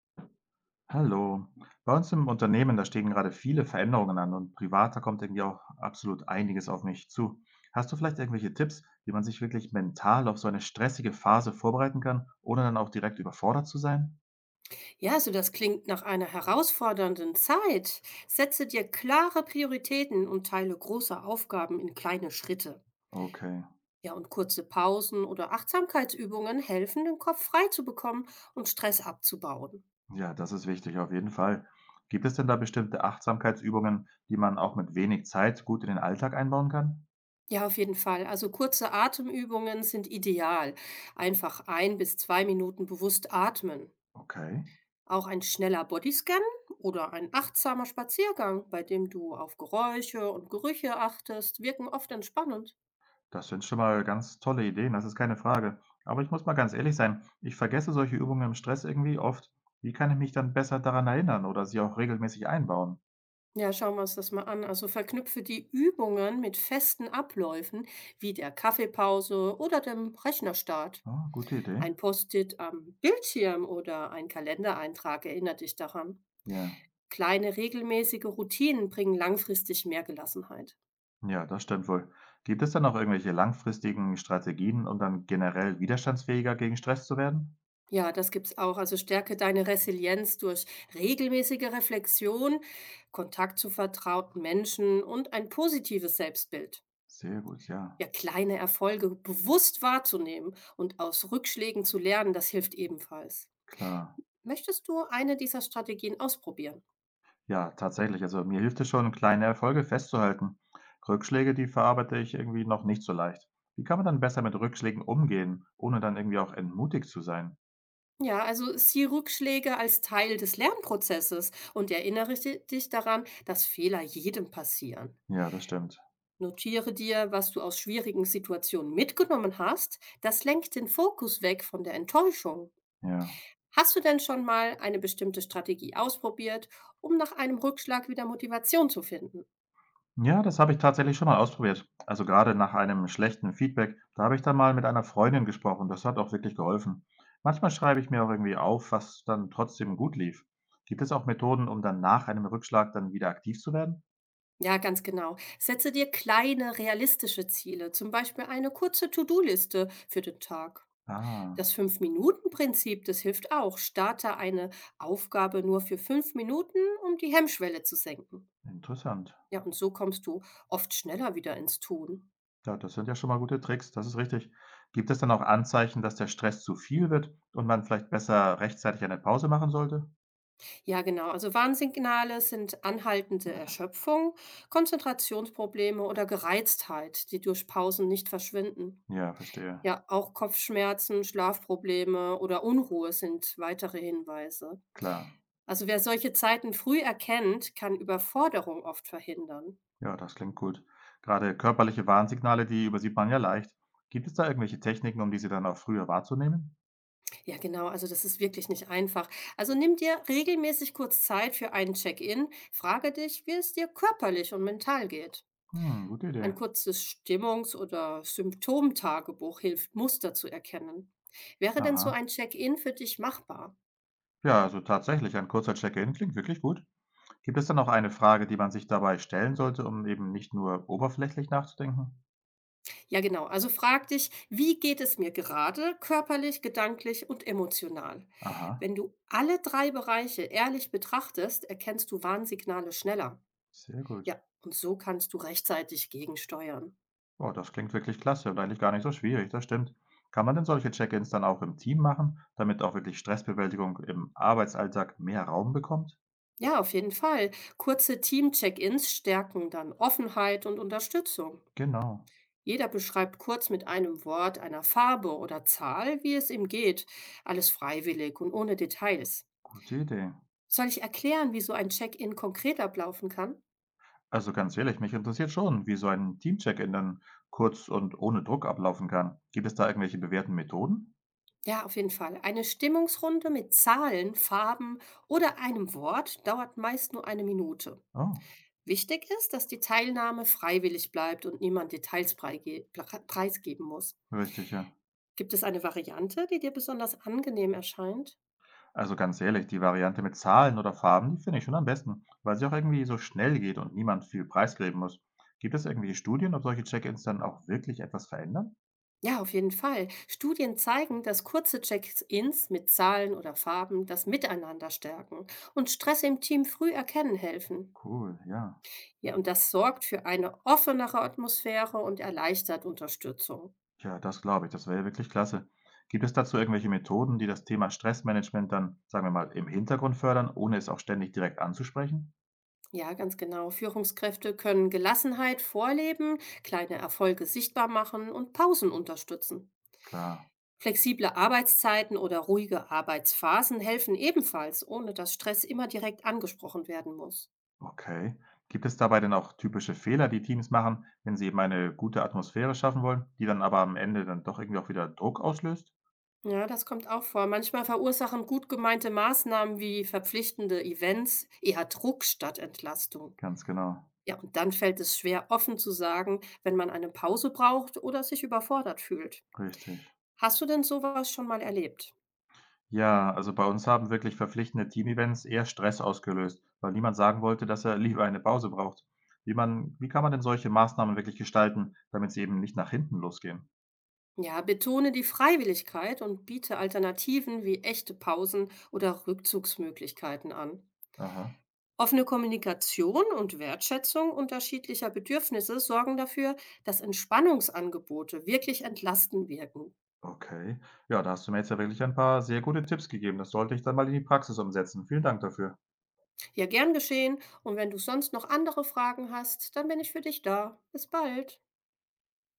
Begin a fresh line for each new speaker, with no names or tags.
Hallo. Bei uns im Unternehmen, da stehen gerade viele Veränderungen an und privat, da kommt irgendwie auch absolut einiges auf mich zu. Hast du vielleicht irgendwelche Tipps, wie man sich wirklich mental auf so eine stressige Phase vorbereiten kann, ohne dann auch direkt überfordert zu sein?
Ja, also das klingt nach einer herausfordernden Zeit. Setze dir klare Prioritäten und teile große Aufgaben in kleine Schritte.
Okay,
Ja, und kurze Pausen oder Achtsamkeitsübungen helfen, den Kopf frei zu bekommen und Stress abzubauen.
ja, das ist wichtig, auf jeden Fall. Gibt es denn da bestimmte Achtsamkeitsübungen, die man auch mit wenig Zeit gut in den Alltag einbauen kann?
Ja, auf jeden Fall. Also kurze Atemübungen sind ideal. Einfach 1 bis 2 Minuten bewusst atmen.
Okay.
Auch ein schneller Bodyscan oder ein achtsamer Spaziergang, bei dem du auf Geräusche und Gerüche achtest, wirken oft entspannend.
Das sind schon mal ganz tolle Ideen, das ist keine Frage. Aber ich muss mal ganz ehrlich sein, ich vergesse solche Übungen im Stress irgendwie oft. Wie kann ich mich dann besser daran erinnern oder sie auch regelmäßig einbauen?
Ja, schauen wir uns das mal an. Also verknüpfe die Übungen mit festen Abläufen wie der Kaffeepause oder dem Rechnerstart.
Ah, gute Idee.
Ein Post-it am Bildschirm oder ein Kalendereintrag erinnert dich daran.
Ja,
Kleine regelmäßige Routinen bringen langfristig mehr Gelassenheit.
ja, das stimmt wohl. Gibt es dann auch irgendwelche langfristigen Strategien, um dann generell widerstandsfähiger gegen Stress zu werden?
Ja, das gibt's auch. Also stärke deine Resilienz durch regelmäßige Reflexion, Kontakt zu vertrauten Menschen und ein positives Selbstbild.
Sehr gut, ja,
Ja, kleine Erfolge bewusst wahrzunehmen und aus Rückschlägen zu lernen, das hilft ebenfalls.
klar.
Möchtest du eine dieser Strategien ausprobieren?
Ja, tatsächlich. Also, mir hilft es schon, kleine Erfolge festzuhalten. Rückschläge, die verarbeite ich irgendwie noch nicht so leicht. Wie kann man dann besser mit Rückschlägen umgehen, ohne dann irgendwie auch entmutigt zu sein?
Ja, also sieh Rückschläge als Teil des Lernprozesses und erinnere dich daran, dass Fehler jedem passieren.
Ja, das stimmt.
Notiere dir, was du aus schwierigen Situationen mitgenommen hast. Das lenkt den Fokus weg von der Enttäuschung.
Ja.
Hast du denn schon mal eine bestimmte Strategie ausprobiert, um nach einem Rückschlag wieder Motivation zu finden?
Ja, das habe ich tatsächlich schon mal ausprobiert. Also gerade nach einem schlechten Feedback, da habe ich dann mal mit einer Freundin gesprochen. Das hat auch wirklich geholfen. Manchmal schreibe ich mir auch irgendwie auf, was dann trotzdem gut lief. Gibt es auch Methoden, um dann nach einem Rückschlag dann wieder aktiv zu werden?
Ja, ganz genau. Setze dir kleine, realistische Ziele, zum Beispiel eine kurze To-Do-Liste für den Tag.
Ah,
Das Fünf-Minuten-Prinzip, das hilft auch. Starte eine Aufgabe nur für 5 Minuten, um die Hemmschwelle zu senken.
interessant.
Ja, und so kommst du oft schneller wieder ins Tun.
Ja, das sind ja schon mal gute Tricks, das ist richtig. Gibt es dann auch Anzeichen, dass der Stress zu viel wird und man vielleicht besser rechtzeitig eine Pause machen sollte?
Ja, genau. Also Warnsignale sind anhaltende Erschöpfung, Konzentrationsprobleme oder Gereiztheit, die durch Pausen nicht verschwinden.
Ja, verstehe.
Ja, auch Kopfschmerzen, Schlafprobleme oder Unruhe sind weitere Hinweise.
Klar.
Also wer solche Zeiten früh erkennt, kann Überforderung oft verhindern.
Ja, das klingt gut. Gerade körperliche Warnsignale, die übersieht man ja leicht. Gibt es da irgendwelche Techniken, um diese dann auch früher wahrzunehmen?
Ja, genau, also das ist wirklich nicht einfach. Also nimm dir regelmäßig kurz Zeit für einen Check-in, frage dich, wie es dir körperlich und mental geht.
Hm, gute Idee.
Ein kurzes Stimmungs- oder Symptomtagebuch hilft, Muster zu erkennen. Wäre denn so
Aha.
ein Check-in für dich machbar?
Ja, also tatsächlich, ein kurzer Check-in klingt wirklich gut. Gibt es dann auch eine Frage, die man sich dabei stellen sollte, um eben nicht nur oberflächlich nachzudenken?
Ja, genau. Also frag dich, wie geht es mir gerade körperlich, gedanklich und emotional?
Aha,
Wenn du alle drei Bereiche ehrlich betrachtest, erkennst du Warnsignale schneller.
sehr gut.
Ja, und so kannst du rechtzeitig gegensteuern.
Oh, das klingt wirklich klasse und eigentlich gar nicht so schwierig, das stimmt. Kann man denn solche Check-ins dann auch im Team machen, damit auch wirklich Stressbewältigung im Arbeitsalltag mehr Raum bekommt?
Ja, auf jeden Fall. Kurze Team-Check-ins stärken dann Offenheit und Unterstützung.
Genau,
Jeder beschreibt kurz mit einem Wort, einer Farbe oder Zahl, wie es ihm geht. Alles freiwillig und ohne Details.
gute Idee.
Soll ich erklären, wie so ein Check-in konkret ablaufen kann?
Also ganz ehrlich, mich interessiert schon, wie so ein Team-Check-in dann kurz und ohne Druck ablaufen kann. Gibt es da irgendwelche bewährten Methoden?
Ja, auf jeden Fall. Eine Stimmungsrunde mit Zahlen, Farben oder einem Wort dauert meist nur 1 Minute.
Oh,
Wichtig ist, dass die Teilnahme freiwillig bleibt und niemand Details preisgeben muss.
richtig, ja.
Gibt es eine Variante, die dir besonders angenehm erscheint?
Also ganz ehrlich, die Variante mit Zahlen oder Farben, die finde ich schon am besten, weil sie auch irgendwie so schnell geht und niemand viel preisgeben muss. Gibt es irgendwelche Studien, ob solche Check-ins dann auch wirklich etwas verändern?
Ja, auf jeden Fall. Studien zeigen, dass kurze Check-ins mit Zahlen oder Farben das Miteinander stärken und Stress im Team früh erkennen helfen.
Cool, ja.
Ja, und das sorgt für eine offenere Atmosphäre und erleichtert Unterstützung.
Ja, das glaube ich. Das wäre ja wirklich klasse. Gibt es dazu irgendwelche Methoden, die das Thema Stressmanagement dann, sagen wir mal, im Hintergrund fördern, ohne es auch ständig direkt anzusprechen?
Ja, ganz genau. Führungskräfte können Gelassenheit vorleben, kleine Erfolge sichtbar machen und Pausen unterstützen.
Klar,
Flexible Arbeitszeiten oder ruhige Arbeitsphasen helfen ebenfalls, ohne dass Stress immer direkt angesprochen werden muss.
okay. Gibt es dabei denn auch typische Fehler, die Teams machen, wenn sie eben eine gute Atmosphäre schaffen wollen, die dann aber am Ende dann doch irgendwie auch wieder Druck auslöst?
Ja, das kommt auch vor. Manchmal verursachen gut gemeinte Maßnahmen wie verpflichtende Events eher Druck statt Entlastung.
Ganz genau,
Ja, und dann fällt es schwer, offen zu sagen, wenn man eine Pause braucht oder sich überfordert fühlt.
richtig.
Hast du denn sowas schon mal erlebt?
Ja, also bei uns haben wirklich verpflichtende Teamevents eher Stress ausgelöst, weil niemand sagen wollte, dass er lieber eine Pause braucht. Wie kann man denn solche Maßnahmen wirklich gestalten, damit sie eben nicht nach hinten losgehen?
Ja, betone die Freiwilligkeit und biete Alternativen wie echte Pausen oder Rückzugsmöglichkeiten an.
Aha,
Offene Kommunikation und Wertschätzung unterschiedlicher Bedürfnisse sorgen dafür, dass Entspannungsangebote wirklich entlastend wirken.
okay. Ja, da hast du mir jetzt ja wirklich ein paar sehr gute Tipps gegeben. Das sollte ich dann mal in die Praxis umsetzen. Vielen Dank dafür.
Ja, gern geschehen. Und wenn du sonst noch andere Fragen hast, dann bin ich für dich da. Bis bald.